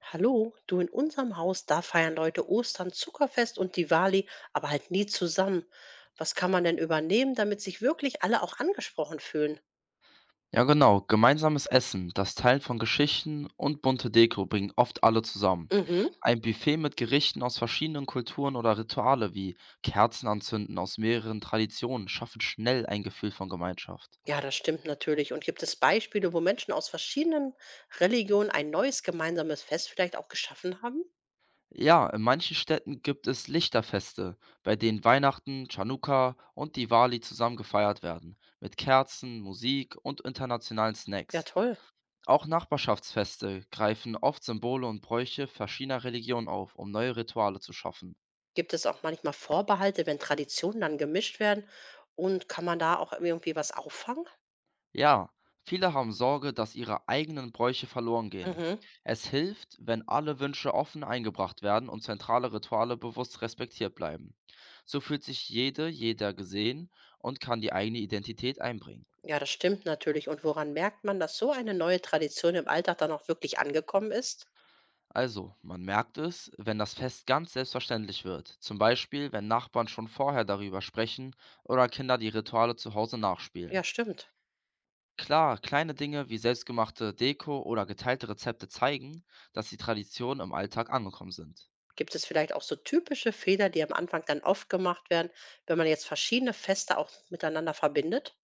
Hallo, du, in unserem Haus, da feiern Leute Ostern, Zuckerfest und Diwali, aber halt nie zusammen. Was kann man denn übernehmen, damit sich wirklich alle auch angesprochen fühlen? Ja, genau. Gemeinsames Essen, das Teilen von Geschichten und bunte Deko bringen oft alle zusammen. Mhm. Ein Buffet mit Gerichten aus verschiedenen Kulturen oder Rituale wie Kerzen anzünden aus mehreren Traditionen schaffen schnell ein Gefühl von Gemeinschaft. Ja, das stimmt natürlich. Und gibt es Beispiele, wo Menschen aus verschiedenen Religionen ein neues gemeinsames Fest vielleicht auch geschaffen haben? Ja, in manchen Städten gibt es Lichterfeste, bei denen Weihnachten, Chanukka und Diwali zusammen gefeiert werden, mit Kerzen, Musik und internationalen Ja, Snacks. toll. Auch Nachbarschaftsfeste greifen oft Symbole und Bräuche verschiedener Religionen auf, um neue Rituale zu schaffen. Gibt es auch manchmal Vorbehalte, wenn Traditionen dann gemischt werden? Und kann man da auch irgendwie was auffangen? Ja, viele haben Sorge, dass ihre eigenen Bräuche verloren gehen. Mhm. Es hilft, wenn alle Wünsche offen eingebracht werden und zentrale Rituale bewusst respektiert bleiben. So fühlt sich jede, jeder gesehen und kann die eigene Identität einbringen. Ja, das stimmt natürlich. Und woran merkt man, dass so eine neue Tradition im Alltag dann auch wirklich angekommen ist? Also, man merkt es, wenn das Fest ganz selbstverständlich wird, zum Beispiel wenn Nachbarn schon vorher darüber sprechen oder Kinder die Rituale zu Hause nachspielen. Ja, stimmt. Klar, kleine Dinge wie selbstgemachte Deko oder geteilte Rezepte zeigen, dass die Traditionen im Alltag angekommen sind. Gibt es vielleicht auch so typische Fehler, die am Anfang dann oft gemacht werden, wenn man jetzt verschiedene Feste auch miteinander verbindet?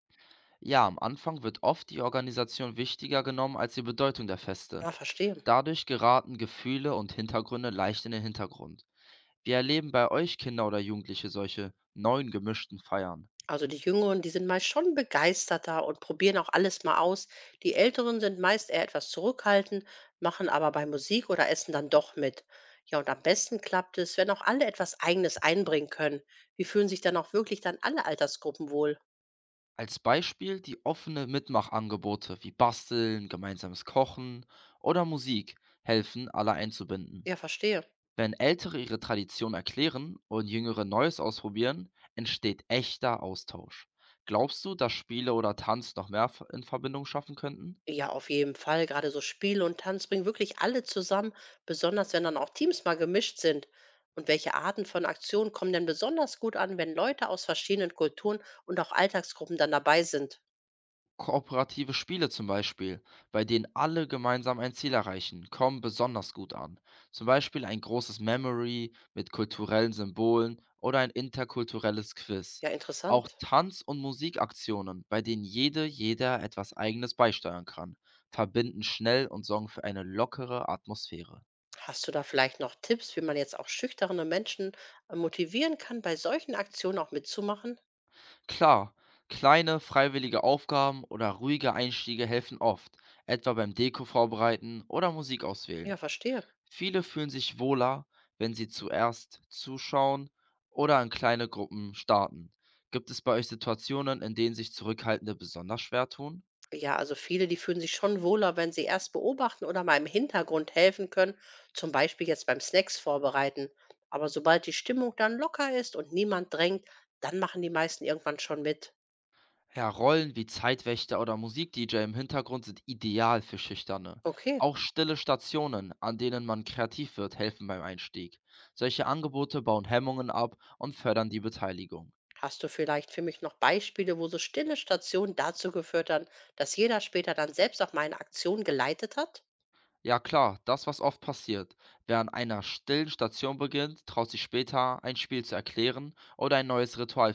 Ja, am Anfang wird oft die Organisation wichtiger genommen als die Bedeutung der Feste. Ja, verstehe. Dadurch geraten Gefühle und Hintergründe leicht in den Hintergrund. Wir erleben bei euch Kinder oder Jugendliche solche neuen gemischten Feiern. Also die Jüngeren, die sind meist schon begeisterter und probieren auch alles mal aus. Die Älteren sind meist eher etwas zurückhaltend, machen aber bei Musik oder Essen dann doch mit. Ja, und am besten klappt es, wenn auch alle etwas Eigenes einbringen können. Wie fühlen sich dann auch wirklich dann alle Altersgruppen wohl? Als Beispiel die offene Mitmachangebote wie Basteln, gemeinsames Kochen oder Musik helfen, alle einzubinden. Ja, verstehe. Wenn Ältere ihre Tradition erklären und Jüngere Neues ausprobieren, entsteht echter Austausch. Glaubst du, dass Spiele oder Tanz noch mehr in Verbindung schaffen könnten? Ja, auf jeden Fall. Gerade so Spiele und Tanz bringen wirklich alle zusammen, besonders wenn dann auch Teams mal gemischt sind. Und welche Arten von Aktionen kommen denn besonders gut an, wenn Leute aus verschiedenen Kulturen und auch Alltagsgruppen dann dabei sind? Kooperative Spiele zum Beispiel, bei denen alle gemeinsam ein Ziel erreichen, kommen besonders gut an. Zum Beispiel ein großes Memory mit kulturellen Symbolen oder ein interkulturelles Quiz. Ja, Auch interessant. Tanz- und Musikaktionen, bei denen jede, jeder etwas Eigenes beisteuern kann, verbinden schnell und sorgen für eine lockere Atmosphäre. Hast du da vielleicht noch Tipps, wie man jetzt auch schüchterne Menschen motivieren kann, bei solchen Aktionen auch mitzumachen? Klar, kleine freiwillige Aufgaben oder ruhige Einstiege helfen oft, etwa beim Deko vorbereiten oder Musik Ja, auswählen. verstehe. Viele fühlen sich wohler, wenn sie zuerst zuschauen oder in kleine Gruppen starten. Gibt es bei euch Situationen, in denen sich Zurückhaltende besonders schwer tun? Ja, also viele, die fühlen sich schon wohler, wenn sie erst beobachten oder mal im Hintergrund helfen können, zum Beispiel jetzt beim Snacks vorbereiten. Aber sobald die Stimmung dann locker ist und niemand drängt, dann machen die meisten irgendwann schon mit. Ja, Rollen wie Zeitwächter oder Musik-DJ im Hintergrund sind ideal für Schüchterne. Okay, Auch stille Stationen, an denen man kreativ wird, helfen beim Einstieg. Solche Angebote bauen Hemmungen ab und fördern die Beteiligung. hast du vielleicht für mich noch Beispiele, wo so stille Stationen dazu geführt haben, dass jeder später dann selbst auch meine Aktion geleitet hat? Ja klar, das, was oft passiert. Wer an einer stillen Station beginnt, traut sich später, ein Spiel zu erklären oder ein neues Ritual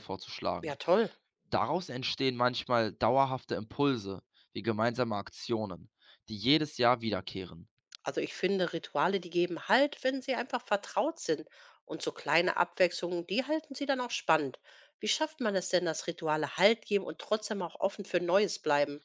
Ja, vorzuschlagen. toll. Daraus entstehen manchmal dauerhafte Impulse wie gemeinsame Aktionen, die jedes Jahr wiederkehren. Also ich finde, Rituale, die geben halt, wenn sie einfach vertraut sind. Und so kleine Abwechslungen, die halten sie dann auch spannend. Wie schafft man es denn, dass Rituale Halt geben und trotzdem auch offen für Neues bleiben?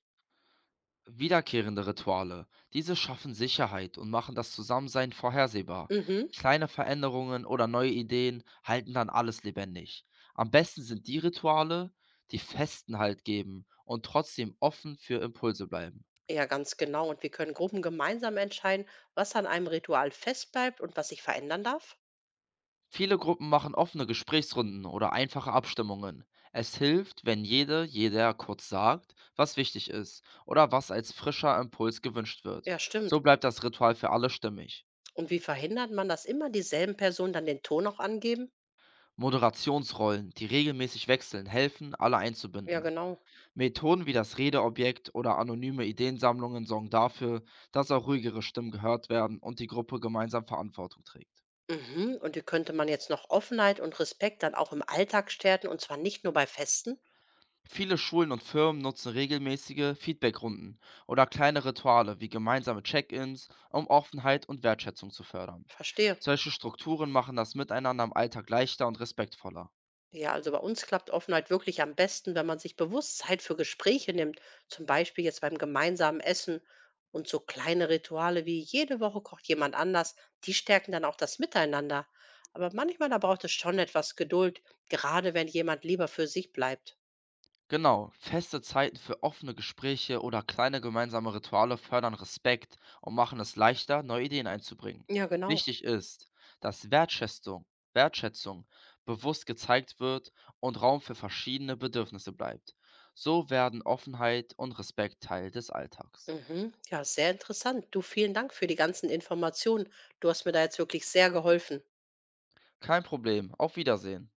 Wiederkehrende Rituale, diese schaffen Sicherheit und machen das Zusammensein vorhersehbar. Mhm, Kleine Veränderungen oder neue Ideen halten dann alles lebendig. Am besten sind die Rituale, die festen Halt geben und trotzdem offen für Impulse bleiben. ja, ganz genau. Und wir können Gruppen gemeinsam entscheiden, was an einem Ritual festbleibt und was sich verändern darf? Viele Gruppen machen offene Gesprächsrunden oder einfache Abstimmungen. Es hilft, wenn jede, jeder kurz sagt, was wichtig ist oder was als frischer Impuls gewünscht wird. Ja, stimmt. So bleibt das Ritual für alle stimmig. Und wie verhindert man, dass immer dieselben Personen dann den Ton auch angeben? Moderationsrollen, die regelmäßig wechseln, helfen, alle Ja, einzubinden. genau. Methoden wie das Redeobjekt oder anonyme Ideensammlungen sorgen dafür, dass auch ruhigere Stimmen gehört werden und die Gruppe gemeinsam Verantwortung trägt. Mhm. Und wie könnte man jetzt noch Offenheit und Respekt dann auch im Alltag stärken, und zwar nicht nur bei Festen? Viele Schulen und Firmen nutzen regelmäßige Feedbackrunden oder kleine Rituale wie gemeinsame Check-ins, um Offenheit und Wertschätzung zu fördern. Verstehe. Solche Strukturen machen das Miteinander im Alltag leichter und respektvoller. Ja, also bei uns klappt Offenheit wirklich am besten, wenn man sich bewusst Zeit für Gespräche nimmt, zum Beispiel jetzt beim gemeinsamen Essen, und so kleine Rituale wie jede Woche kocht jemand anders, die stärken dann auch das Miteinander. Aber manchmal, da braucht es schon etwas Geduld, gerade wenn jemand lieber für sich bleibt. Genau, feste Zeiten für offene Gespräche oder kleine gemeinsame Rituale fördern Respekt und machen es leichter, neue Ideen einzubringen. Ja, genau. Wichtig ist, dass Wertschätzung bewusst gezeigt wird und Raum für verschiedene Bedürfnisse bleibt. So werden Offenheit und Respekt Teil des Alltags. Mhm. Ja, sehr interessant. Du, vielen Dank für die ganzen Informationen. Du hast mir da jetzt wirklich sehr geholfen. Kein Problem, auf Wiedersehen.